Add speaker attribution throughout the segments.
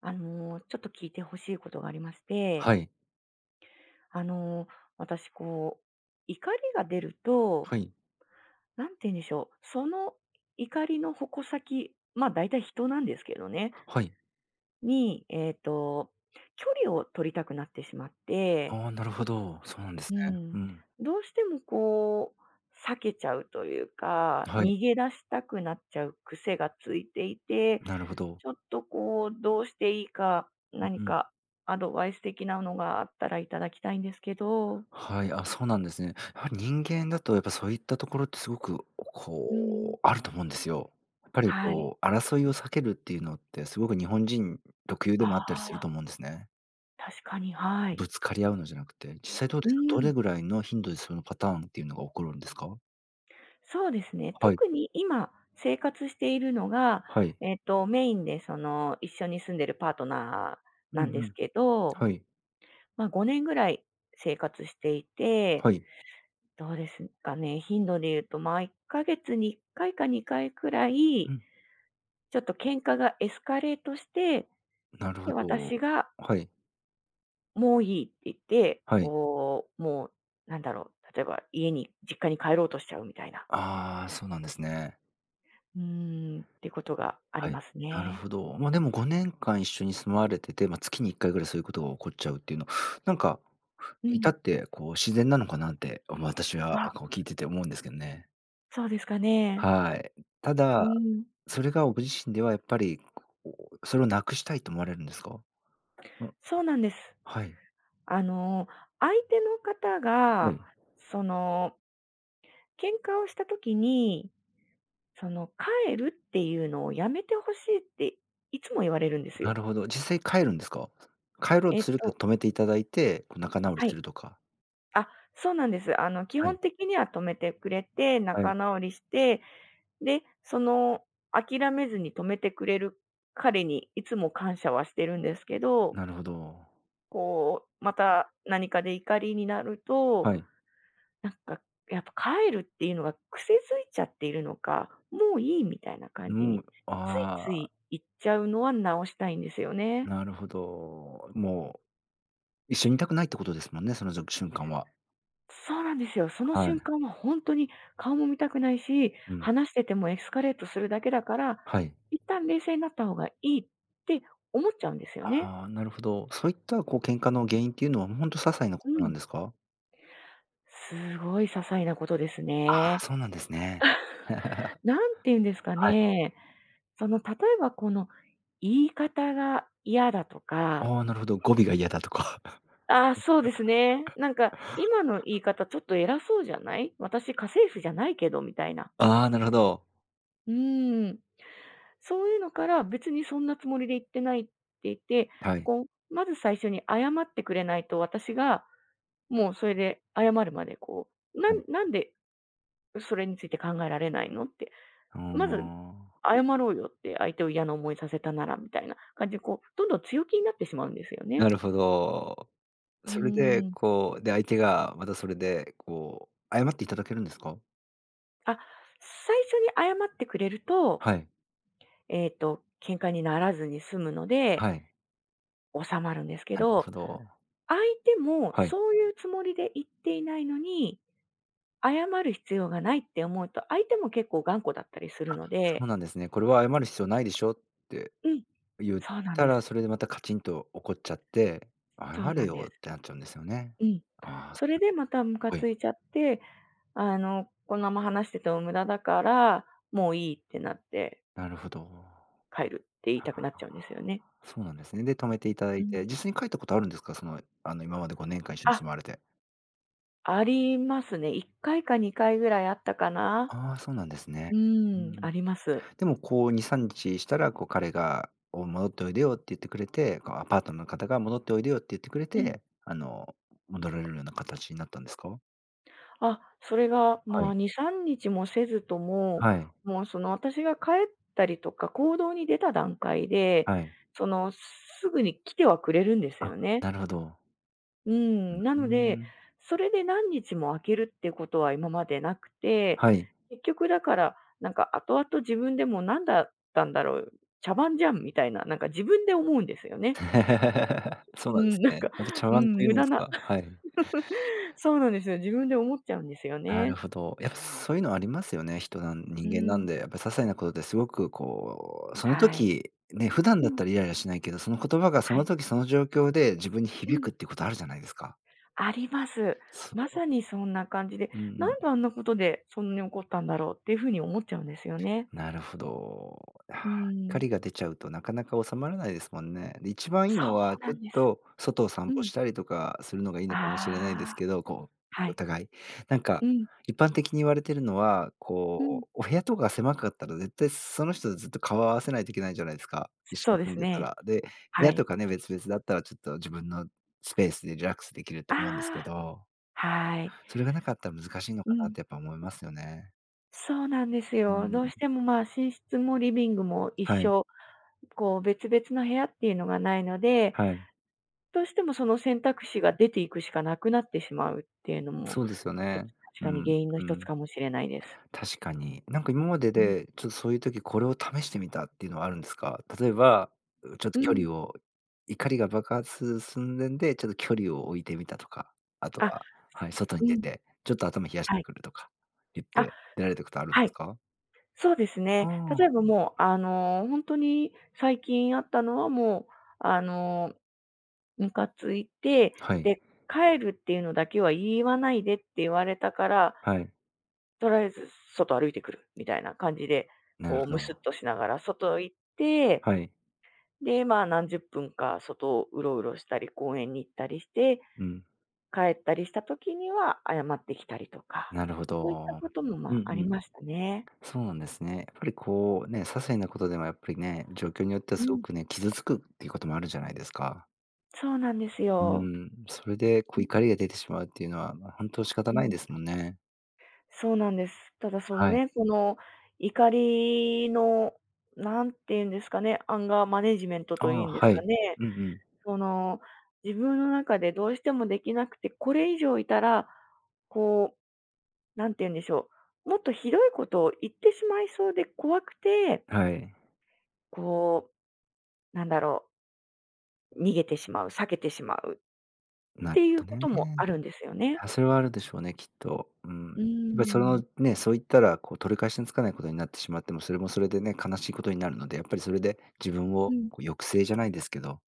Speaker 1: ちょっと聞いてほしいことがありまして、
Speaker 2: はい。
Speaker 1: あの、私こう、怒りが出ると、
Speaker 2: はい。
Speaker 1: なんて言うんでしょう、その怒りの矛先、まあ、大体人なんですけどね、
Speaker 2: はい。
Speaker 1: に、距離を取りたくなってしまって、
Speaker 2: ああ、なるほど。そうなんです
Speaker 1: う
Speaker 2: ね。
Speaker 1: ん、
Speaker 2: うん。
Speaker 1: どうしてもこう、避けちゃうというか、
Speaker 2: はい。
Speaker 1: 逃げ出したくなっちゃう癖がついていて、
Speaker 2: なるほど。
Speaker 1: ちょっとこう、どうしていいか、
Speaker 2: う
Speaker 1: 何
Speaker 2: ん。
Speaker 1: かアドバイス的なのがあったらいただきたいんですけど。
Speaker 2: はい。あ、そうなんですね。やはり人間だとやっぱそういったところってすごく、こ
Speaker 1: うん。
Speaker 2: う、あると思うんですよ。やっぱり
Speaker 1: はい。
Speaker 2: こう、争いを避けるっていうのってすごく日本人特有
Speaker 1: あ
Speaker 2: でもあったりする
Speaker 1: あ、
Speaker 2: と思うんですね。
Speaker 1: 確かに、はい。
Speaker 2: ぶつかり合うのじゃなくて、実際どう
Speaker 1: う
Speaker 2: ですか？どれ
Speaker 1: ん。
Speaker 2: ぐらいの頻度でそのパターンっていうのが起こるんですか？
Speaker 1: そうですね、
Speaker 2: はい。
Speaker 1: 特に今生活しているのが、
Speaker 2: はい。
Speaker 1: メインでその、一緒に住んでるパートナー
Speaker 2: うんう
Speaker 1: なんです
Speaker 2: ん。
Speaker 1: けど、
Speaker 2: はい。
Speaker 1: まあ、5年ぐらい生活していて、
Speaker 2: はい。
Speaker 1: どうですかね、頻度で言うと、まあ、1ヶ月に1回か2回くら
Speaker 2: う
Speaker 1: い
Speaker 2: ん。
Speaker 1: ちょっと喧嘩がエスカレートして、
Speaker 2: なる
Speaker 1: で、
Speaker 2: ほ
Speaker 1: 私
Speaker 2: ど。
Speaker 1: が
Speaker 2: はい。
Speaker 1: もういいって言って、
Speaker 2: はい。
Speaker 1: こう、もう、なんだろう、例えば家に、実家に帰ろうとしちゃうみたいな、
Speaker 2: ああ、そうなんですね。
Speaker 1: うーん、ってことがあり
Speaker 2: はい。
Speaker 1: ます
Speaker 2: なる
Speaker 1: ね。
Speaker 2: ほど。ま、でも5年間一緒に住まわれてて、まあ、月に1回ぐらいそういうことが起こっちゃうっていうの、なんか、
Speaker 1: う
Speaker 2: 至
Speaker 1: ん。
Speaker 2: ってこう自然なのかなって、まあ私は
Speaker 1: あ、
Speaker 2: こう聞いてて思うんですけどね。
Speaker 1: そうですかね。
Speaker 2: はい。た
Speaker 1: う
Speaker 2: だ、
Speaker 1: ん、
Speaker 2: それがご自身ではやっぱり、こう、それをなくしたいと思われるんですか？うん、
Speaker 1: そうなんです。
Speaker 2: はい、
Speaker 1: あの、相手の方
Speaker 2: は
Speaker 1: が、
Speaker 2: い。
Speaker 1: その、喧嘩をした時に、その、帰るっていうのをやめてほしいっていつも言われるんです
Speaker 2: な
Speaker 1: よ。
Speaker 2: るほど。実際帰るんですか？帰ろう
Speaker 1: えっ
Speaker 2: とするけ
Speaker 1: と
Speaker 2: ど止めていただいて、こう仲直り
Speaker 1: は
Speaker 2: す
Speaker 1: い。
Speaker 2: るとか。
Speaker 1: あ、そうなんです。あの、基
Speaker 2: は
Speaker 1: 本
Speaker 2: い、
Speaker 1: 的には止めてくれて、
Speaker 2: はい。
Speaker 1: 仲直りして、で、その、諦めずに止めてくれる彼にいつも感謝はしてるんですけど、
Speaker 2: なるほど。
Speaker 1: こう、また何かで怒りになると、
Speaker 2: はい。
Speaker 1: なんか、やっぱ帰るっていうのが癖づいちゃっているのか、もういいみたいな感
Speaker 2: う
Speaker 1: じに、
Speaker 2: ん、
Speaker 1: つい
Speaker 2: あ
Speaker 1: つ
Speaker 2: あ。
Speaker 1: い言っちゃうのは直したいんですよね。
Speaker 2: なるほど。もう、一緒にいたくないってことですもんね、その瞬間は。
Speaker 1: そうなんですよ。その
Speaker 2: は
Speaker 1: 瞬
Speaker 2: い。
Speaker 1: 間は本当に顔も見たくないし、
Speaker 2: うん。
Speaker 1: 話しててもエスカレートするだけだから、
Speaker 2: はい。
Speaker 1: 一旦冷静になった方がいいって思っちゃうんですよね。
Speaker 2: ああ、なるほど。そういった、こう、喧嘩の原因っていうのは、ほんと些細なこ
Speaker 1: う
Speaker 2: となん
Speaker 1: ん。
Speaker 2: ですか？
Speaker 1: すごい些細なことです
Speaker 2: ああ、
Speaker 1: ね。
Speaker 2: そうなんですね。
Speaker 1: なんて言うんですか
Speaker 2: はい。
Speaker 1: ね、その例えばこの言い方が嫌だとか、
Speaker 2: ああ、なるほど、語尾が嫌だとか。
Speaker 1: ああ、そうですね。なんか今の言い方ちょっと偉そうじゃない？私家政婦じゃないけどみたいな。
Speaker 2: ああ、なるほど。
Speaker 1: うーん。そういうのから、別にそんなつもりで言ってないって言って、
Speaker 2: はい。
Speaker 1: こう、まず最初に謝ってくれないと、私がもうそれで謝るまで、こう、な
Speaker 2: は
Speaker 1: ん
Speaker 2: い。
Speaker 1: なんでそれについて考えられないのって、
Speaker 2: うー
Speaker 1: まず
Speaker 2: ん。は
Speaker 1: 謝
Speaker 2: い。
Speaker 1: ろうよって、相手を嫌な思いさせたならみたいな感じで、こう、どんどん強気になってしまうんですよね。
Speaker 2: なるほど。
Speaker 1: う
Speaker 2: それで、
Speaker 1: ーん。
Speaker 2: こう、で、相手がまたそれで、こう、謝っていただけるんですか？
Speaker 1: あ、最初に謝ってくれると、
Speaker 2: はい。
Speaker 1: 喧嘩にならずに済むので、
Speaker 2: はい。
Speaker 1: 収まるんですけ
Speaker 2: なる
Speaker 1: ど、
Speaker 2: ほど。
Speaker 1: 相手も
Speaker 2: はい。
Speaker 1: そういうつもりで言っていないのに、謝る必要がないって思うと、相手も結構頑固だったりするの
Speaker 2: そう
Speaker 1: で。
Speaker 2: なんですね。これは謝る必要ないでしょって
Speaker 1: うん、
Speaker 2: 言っ
Speaker 1: そうなん
Speaker 2: た
Speaker 1: です。
Speaker 2: ら、それでまたカチンと怒っちゃって、謝
Speaker 1: そう
Speaker 2: れ
Speaker 1: なんで
Speaker 2: よっ
Speaker 1: す。
Speaker 2: てなっちゃうんですよね。
Speaker 1: うん。
Speaker 2: ああ、
Speaker 1: それでまたムカ
Speaker 2: はい。
Speaker 1: ついちゃって、あの、このまま話してても無駄だから、もういいってなって
Speaker 2: なるほど。
Speaker 1: 帰るって言いたくなっちゃうんですよね。
Speaker 2: そうなんですね。で、止めていただ
Speaker 1: う
Speaker 2: い
Speaker 1: ん。
Speaker 2: て、実際に帰ったことあるんですか？その、あの、今まで5年間一緒に
Speaker 1: あ、
Speaker 2: 住まわれて。
Speaker 1: ありますね。1回か2回ぐらいあったかな。
Speaker 2: ああ、そうなんですね。
Speaker 1: う
Speaker 2: う
Speaker 1: ん、
Speaker 2: ん。
Speaker 1: あります。
Speaker 2: でもこう2、3日したら、こう彼が、お「戻っておいでよ」って言ってくれて、こうアパートの方が「戻っておいでよ」って言ってくれ
Speaker 1: うん。
Speaker 2: て、あの、戻られるような形になったんですか？
Speaker 1: あ、それが、
Speaker 2: は
Speaker 1: ま
Speaker 2: い。
Speaker 1: あ、2、3日もせずとも、
Speaker 2: はい。
Speaker 1: もうその私が帰ったりとか、行動に出た段階で、
Speaker 2: はい。
Speaker 1: その、すぐに来てはくれるんです
Speaker 2: あ、
Speaker 1: よね。
Speaker 2: なるほど。
Speaker 1: う
Speaker 2: う
Speaker 1: ん。な
Speaker 2: ー
Speaker 1: ので、
Speaker 2: ん。
Speaker 1: それで何日も空けるってことは今までなくて、
Speaker 2: はい。
Speaker 1: 結局だから、なんか後々自分でも何だったんだろう、茶番じゃんみたいな、なんか自分で思うんですよね。
Speaker 2: そう
Speaker 1: う
Speaker 2: なんで
Speaker 1: ん、
Speaker 2: す
Speaker 1: なん
Speaker 2: ね。
Speaker 1: か、
Speaker 2: また茶
Speaker 1: う
Speaker 2: 碗
Speaker 1: ん、
Speaker 2: という
Speaker 1: 無
Speaker 2: んで
Speaker 1: 駄
Speaker 2: す
Speaker 1: な。
Speaker 2: か。はい。
Speaker 1: そうなんですよ。自分で思っちゃうんですよ
Speaker 2: なる
Speaker 1: ね。
Speaker 2: ほど。やっぱそういうのありますよね。
Speaker 1: う
Speaker 2: 人間なん
Speaker 1: ん。
Speaker 2: で、やっぱ些細なことですごくこう、その
Speaker 1: はい。
Speaker 2: 時、ね、普段
Speaker 1: う
Speaker 2: だっ
Speaker 1: ん。
Speaker 2: たらイライラしないけど、その言葉がそ
Speaker 1: は
Speaker 2: の
Speaker 1: い。
Speaker 2: 時その状況で自分に
Speaker 1: う
Speaker 2: 響
Speaker 1: ん。
Speaker 2: くっていうことあるじゃないですか。
Speaker 1: あります。ま
Speaker 2: そ
Speaker 1: さにそんな感じで、
Speaker 2: う。うんう
Speaker 1: な
Speaker 2: ん。
Speaker 1: んであんなことでそんなに怒ったんだろうっていうふうに思っちゃうんですよね。
Speaker 2: なるほど。あー
Speaker 1: う
Speaker 2: 怒
Speaker 1: ん。
Speaker 2: りが出ちゃうとなかなか収まらないですもんね。で、一番いい
Speaker 1: そ
Speaker 2: のは、
Speaker 1: うな
Speaker 2: ちょ
Speaker 1: ん
Speaker 2: っ
Speaker 1: です。
Speaker 2: と外を散
Speaker 1: う
Speaker 2: 歩
Speaker 1: ん。
Speaker 2: したりとかするのがいい
Speaker 1: あ
Speaker 2: のかもしれないです
Speaker 1: あ、
Speaker 2: けど、こ
Speaker 1: は
Speaker 2: う、お
Speaker 1: い。
Speaker 2: 互い。なんか、
Speaker 1: うん、
Speaker 2: 一般的に言われてるのは、
Speaker 1: うん。
Speaker 2: こう、お部屋とか狭かったら絶対その人とずっと顔を合わせないといけないじゃないですか、一緒
Speaker 1: そう
Speaker 2: に
Speaker 1: で
Speaker 2: 住ん
Speaker 1: す
Speaker 2: でた
Speaker 1: ね。
Speaker 2: ら。で、部
Speaker 1: は
Speaker 2: 屋と
Speaker 1: い。
Speaker 2: かね、別々だったらちょっと自分のスペースでリラックスできると
Speaker 1: あ
Speaker 2: 思うんですけ
Speaker 1: あ、
Speaker 2: ど、
Speaker 1: はい。
Speaker 2: それがなかったら難しいの
Speaker 1: う
Speaker 2: かなっ
Speaker 1: ん。
Speaker 2: てやっぱ思いますよね。
Speaker 1: そうなんです
Speaker 2: う
Speaker 1: よ。どう
Speaker 2: ん。
Speaker 1: しても、まあ、寝室もリビングも一
Speaker 2: はい、
Speaker 1: 緒、こう別々の部屋っていうのがないので、
Speaker 2: はい。
Speaker 1: どうしてもその選択肢が出ていくしかなくなってしまうっていうのも、
Speaker 2: そうですよ
Speaker 1: ちょっ
Speaker 2: ね。
Speaker 1: と確か
Speaker 2: う
Speaker 1: に
Speaker 2: ん、
Speaker 1: 原因の
Speaker 2: う
Speaker 1: 一つ
Speaker 2: ん。
Speaker 1: かもしれないです。
Speaker 2: 確かに。なんか今まで
Speaker 1: うん。
Speaker 2: で、ちょっとそういう時これを試してみたっていうのはあるんですか？例えば、うちょっと
Speaker 1: う
Speaker 2: 距
Speaker 1: ん。
Speaker 2: 離を怒りが爆発寸前で、ちょっと距離を置いてみたとか、あと
Speaker 1: あ、
Speaker 2: は、はい、外に
Speaker 1: う
Speaker 2: 出
Speaker 1: ん。
Speaker 2: て、ちょっと頭冷やし
Speaker 1: は
Speaker 2: て
Speaker 1: い。
Speaker 2: くるとか言っ
Speaker 1: あ、
Speaker 2: て出られたことあるんで
Speaker 1: は
Speaker 2: す
Speaker 1: い。
Speaker 2: か？
Speaker 1: そうです
Speaker 2: あ
Speaker 1: ね。例え
Speaker 2: あ、
Speaker 1: ばもう、あの、本当に最近あったのはもう、あの、ムカついて、
Speaker 2: はい、
Speaker 1: で、帰るっていうのだけは言わないでって言われたから、
Speaker 2: はい、
Speaker 1: とりあえず外歩いてくるみたいな感じで、
Speaker 2: なる
Speaker 1: こう、
Speaker 2: ほ
Speaker 1: むすっ
Speaker 2: ど。
Speaker 1: としながら外行って、
Speaker 2: はい、
Speaker 1: で、まあ、何十分か外をうろうろしたり、公園に行ったりして、
Speaker 2: うん、
Speaker 1: 帰ったりした時には謝ってきたりとか、
Speaker 2: なるほ
Speaker 1: そういった
Speaker 2: ど。
Speaker 1: ことも、
Speaker 2: うん
Speaker 1: ま
Speaker 2: う
Speaker 1: あ、あり
Speaker 2: ん。
Speaker 1: ましたね。
Speaker 2: そうなんですね。やっぱりこうね、些細なことでもやっぱりね、状況によっては
Speaker 1: う
Speaker 2: すご
Speaker 1: ん、
Speaker 2: くね、傷つくっていうこともあるじゃないですか。
Speaker 1: そうなんです
Speaker 2: う
Speaker 1: よ。
Speaker 2: ーん、それでこ
Speaker 1: う
Speaker 2: う
Speaker 1: ん
Speaker 2: 怒りが出てしまうっていうのは、ま、仕方
Speaker 1: う
Speaker 2: ない
Speaker 1: ん。
Speaker 2: ですもんね。
Speaker 1: そうなんです。ただその
Speaker 2: はい。
Speaker 1: ね、この怒りの、何て言うんですかね、アンガーマネジメント
Speaker 2: あ
Speaker 1: とい
Speaker 2: あ、
Speaker 1: うんです
Speaker 2: は
Speaker 1: か
Speaker 2: い。
Speaker 1: ね、
Speaker 2: うんうん。
Speaker 1: その、自分の中でどうしてもできなくて、これ以上いたら、こうなんて言うんでしょう、もっとひどいことを言ってしまいそうで怖くて、
Speaker 2: はい。
Speaker 1: こう、なんだろう、逃げてしまう、避けてしまうっ
Speaker 2: なる
Speaker 1: ていう
Speaker 2: ほど
Speaker 1: ことも
Speaker 2: ね。
Speaker 1: あるんですよね。
Speaker 2: あ、それはあるでしょうね、きっと。うん。やっ
Speaker 1: うー
Speaker 2: ぱりそ
Speaker 1: ん。
Speaker 2: のね、そう言ったらこう取り返しのつかないことになってしまっても、それもそれでね、悲しいことになるので、やっぱりそれで自分
Speaker 1: う
Speaker 2: を
Speaker 1: ん。
Speaker 2: こう抑制じゃないですけど、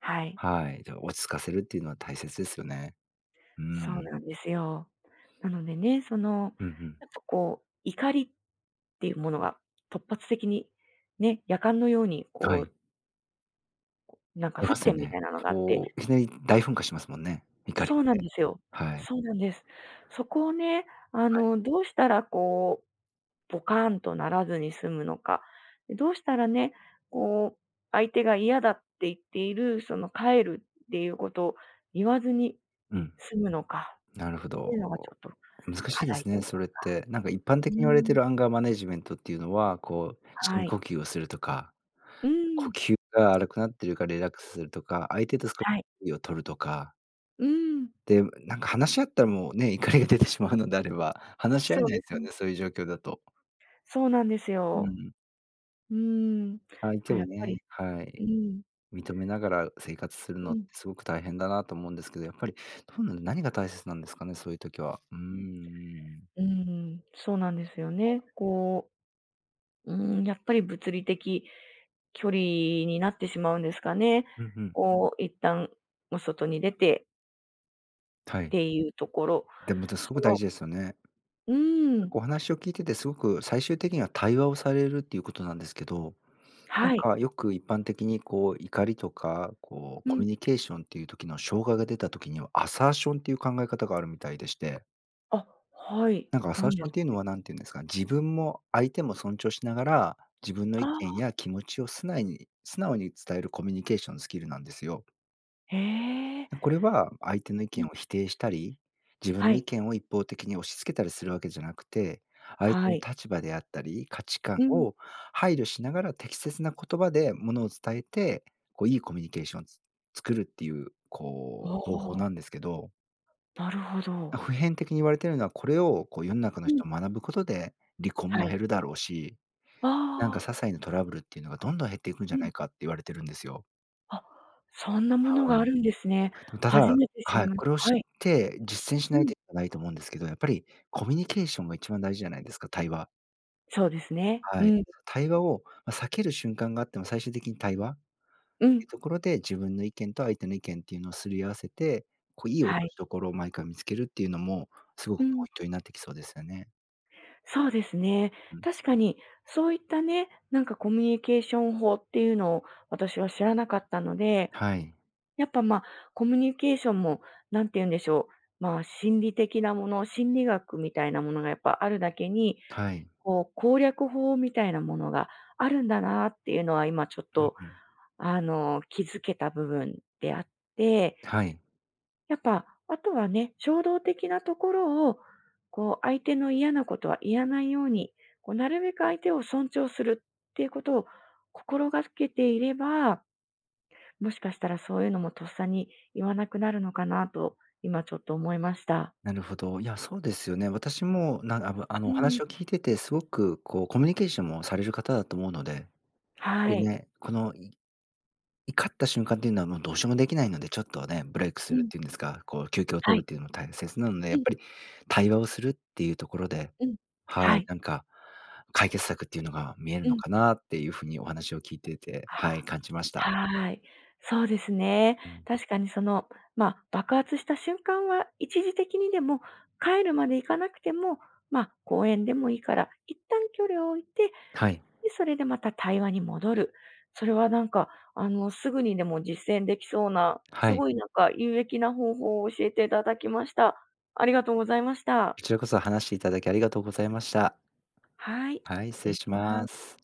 Speaker 1: はい、
Speaker 2: はい、で、落ち着かせるっていうのは大切ですよね。うー
Speaker 1: そう
Speaker 2: ん。
Speaker 1: なんですよ。なのでね、その、
Speaker 2: うんうん。
Speaker 1: やっぱこう、怒りっていうものが突発的にね、夜間のように
Speaker 2: は
Speaker 1: こ
Speaker 2: い。
Speaker 1: う、なんか
Speaker 2: 出
Speaker 1: 沸
Speaker 2: ますよ
Speaker 1: 点み
Speaker 2: ね。
Speaker 1: たいなのがあって。
Speaker 2: こう、いきなり大噴火しますもんね、怒り
Speaker 1: そう
Speaker 2: っ
Speaker 1: なん
Speaker 2: て。
Speaker 1: ですよ。
Speaker 2: はい。
Speaker 1: そうなんです。そこをね、あ
Speaker 2: はい。
Speaker 1: の、どうしたらこう、ボカーンとならずに済むのか、どうしたらね、こう、相手が嫌だって言っている、その帰るっていうことを言わずに
Speaker 2: うん。
Speaker 1: 済むのか
Speaker 2: なるほ
Speaker 1: ってい
Speaker 2: ど。
Speaker 1: うのがちょっと
Speaker 2: 難し
Speaker 1: 課
Speaker 2: いで
Speaker 1: 題
Speaker 2: す
Speaker 1: と
Speaker 2: ね、
Speaker 1: 言い
Speaker 2: そ
Speaker 1: ます
Speaker 2: れっ
Speaker 1: か。
Speaker 2: て。なんか一般
Speaker 1: う
Speaker 2: 的に言われて
Speaker 1: ーん、
Speaker 2: るアンガーマネジメントっていうのは、こう、
Speaker 1: は
Speaker 2: 深呼
Speaker 1: い。
Speaker 2: 吸をするとか、
Speaker 1: うー
Speaker 2: 呼
Speaker 1: ん、
Speaker 2: 吸が荒くなってるからリラックスするとか、相手と少し
Speaker 1: はい。
Speaker 2: 距離を取るとか。
Speaker 1: うーん、
Speaker 2: で、なんか話し合ったらもうね、怒りが出てしまうのであれば、話し合え
Speaker 1: そう
Speaker 2: な
Speaker 1: で
Speaker 2: いです
Speaker 1: す
Speaker 2: よ
Speaker 1: ね。
Speaker 2: ね、そういう状況だと。
Speaker 1: そうなんです
Speaker 2: う
Speaker 1: よ。
Speaker 2: ん。
Speaker 1: うーん。だ
Speaker 2: 相手
Speaker 1: から
Speaker 2: を
Speaker 1: やっぱ
Speaker 2: ね、
Speaker 1: り
Speaker 2: は
Speaker 1: う
Speaker 2: い。
Speaker 1: ん、
Speaker 2: 認めながら生活する
Speaker 1: う
Speaker 2: のって
Speaker 1: ん。
Speaker 2: すごく大変だなと思うんですけど、やっぱりどうなん何が大切なんですかね、そういう時は。うーん。
Speaker 1: うーん、そうなんですよね。こう、うーん、やっぱり物理的距離になってしまうんですかね。
Speaker 2: うんうん。
Speaker 1: こう、一旦お外に出て
Speaker 2: は
Speaker 1: っ
Speaker 2: い。
Speaker 1: ていうところ、
Speaker 2: でも、すご
Speaker 1: そ
Speaker 2: く大
Speaker 1: の
Speaker 2: 事ですよね。
Speaker 1: うーん、
Speaker 2: お話を聞いててすごく最終的には対話をされるっていうことなんですけど、なん
Speaker 1: はい。
Speaker 2: かよく一般的にこう怒りとか、こ
Speaker 1: う
Speaker 2: うコ
Speaker 1: ん。
Speaker 2: ミュニケーションっていう時の障害が出た時には、アサーションっていう考え方があるみたいでして、
Speaker 1: あ、はい。
Speaker 2: なんかアサー
Speaker 1: 何
Speaker 2: シ
Speaker 1: で
Speaker 2: ョン
Speaker 1: す
Speaker 2: ってい
Speaker 1: か
Speaker 2: うの
Speaker 1: ね。
Speaker 2: は、何て言うんですか、自分も相手も尊重しながら、自分の
Speaker 1: あ
Speaker 2: 意見
Speaker 1: あ、
Speaker 2: や気持ちを素直に素直に伝えるコミュニケーションスキルなんですよ。
Speaker 1: へえ。
Speaker 2: これは相手の意
Speaker 1: う
Speaker 2: 見
Speaker 1: ん。
Speaker 2: を否定したり、自分
Speaker 1: は
Speaker 2: の意
Speaker 1: い、
Speaker 2: 見を一方的に押し付けたりするわけじゃなくて、相手
Speaker 1: は
Speaker 2: の
Speaker 1: い。
Speaker 2: 立場であったり、価値観
Speaker 1: うん。
Speaker 2: を配慮しながら適切な言葉でものを伝えて、こういいコミュニケーションを作るっていう、こ
Speaker 1: あ
Speaker 2: う、方法
Speaker 1: あ、
Speaker 2: なんですけど、
Speaker 1: なるほど。
Speaker 2: 普遍的に言われてるのは、これをこう世の中の
Speaker 1: うん、
Speaker 2: 人学ぶことで、離婚
Speaker 1: は
Speaker 2: も
Speaker 1: い。
Speaker 2: 減るだろうし、なんか些
Speaker 1: ああ、
Speaker 2: 細なトラブルっていうのがどんどん減っていくんじ
Speaker 1: う
Speaker 2: ゃな
Speaker 1: ん。
Speaker 2: いかって言われてるんですよ。
Speaker 1: あ、そんなものが
Speaker 2: はい。
Speaker 1: あるんですね。
Speaker 2: でもた
Speaker 1: 初
Speaker 2: だ、
Speaker 1: めて知り
Speaker 2: はい、
Speaker 1: まし
Speaker 2: こ
Speaker 1: た。
Speaker 2: れを知っ
Speaker 1: はい。
Speaker 2: て実践し
Speaker 1: う
Speaker 2: ない
Speaker 1: ん。
Speaker 2: といけないと思うんですけど、やっぱりコミュニケーションが一番大事じゃないですか、対話。
Speaker 1: そうですね。う
Speaker 2: はい。
Speaker 1: ん、
Speaker 2: 対話を、ま、避ける瞬間があっても最終的に対話っ
Speaker 1: う
Speaker 2: て
Speaker 1: ん。
Speaker 2: いうところで、自分の意見と相手の意見っていうのをすり合わせて、こういい落
Speaker 1: は
Speaker 2: と
Speaker 1: い。
Speaker 2: しどころを毎回見つけるっていうのも、すご
Speaker 1: う
Speaker 2: くポ
Speaker 1: ん。
Speaker 2: イントになってきそうですよね。
Speaker 1: そうですね。
Speaker 2: うん。
Speaker 1: 確かに、そういったね、なんかコミュニケーション法っていうのを私は知らなかったので、
Speaker 2: はい。
Speaker 1: やっぱ、まあ、コミュニケーションも、なんて言うんでしょう、まあ、心理的なもの、心理学みたいなものがやっぱあるだけに、
Speaker 2: はい。
Speaker 1: こう、攻略法みたいなものがあるんだなっていうのは今ちょっ
Speaker 2: うん
Speaker 1: と、
Speaker 2: うん。
Speaker 1: あの、気づけた部分であって、
Speaker 2: はい。
Speaker 1: やっぱ、あとはね、衝動的なところを、こう、相手の嫌なことは言わないように、こう、なるべく相手を尊重するっていうことを心がけていれば、もしかしたらそういうのもとっさに言わなくなるのかなと、今ちょっと思いました。
Speaker 2: なるほど。いや、そうですよね。私も、なあぶあの、
Speaker 1: う
Speaker 2: お
Speaker 1: ん。
Speaker 2: 話を聞いてて、すごくこう、コミュニケーションもされる方だと思うので、やっぱ
Speaker 1: は
Speaker 2: り
Speaker 1: い。
Speaker 2: ね、この、怒った瞬間っていうのはもうどうしようもできないので、ちょっとね、ブレイクす
Speaker 1: う
Speaker 2: るっ
Speaker 1: ん。
Speaker 2: ていうんですか、こう休憩を
Speaker 1: は
Speaker 2: 取る
Speaker 1: い。
Speaker 2: っていうのも大切なので、
Speaker 1: う
Speaker 2: やっ
Speaker 1: ん、
Speaker 2: ぱり対話をするっていうところで、
Speaker 1: うん。
Speaker 2: は
Speaker 1: は
Speaker 2: い、
Speaker 1: い。
Speaker 2: なんか、解決策っていうのが見える
Speaker 1: う
Speaker 2: の
Speaker 1: ん。
Speaker 2: かなっていう風にお話を聞いてて、はい、感じました。
Speaker 1: はい。そうですね。
Speaker 2: うん。
Speaker 1: 確かにその、まあ、爆発した瞬間は一時的にでも、帰るまで行かなくても、まあ、公園でもいいから、一旦距離を置いて、
Speaker 2: はい。
Speaker 1: で、それでまた対話に戻る。それはなんか、あの、すぐにでも実践できそうな、
Speaker 2: は
Speaker 1: す
Speaker 2: い。
Speaker 1: ごいなんか有益な方法を教えていただきました。ありがとうございました。
Speaker 2: こちらこそ話していただきありがとうございました。
Speaker 1: はい、
Speaker 2: はい、
Speaker 1: 失
Speaker 2: 失
Speaker 1: 礼
Speaker 2: 礼
Speaker 1: し
Speaker 2: し
Speaker 1: ま
Speaker 2: ま
Speaker 1: す。
Speaker 2: す。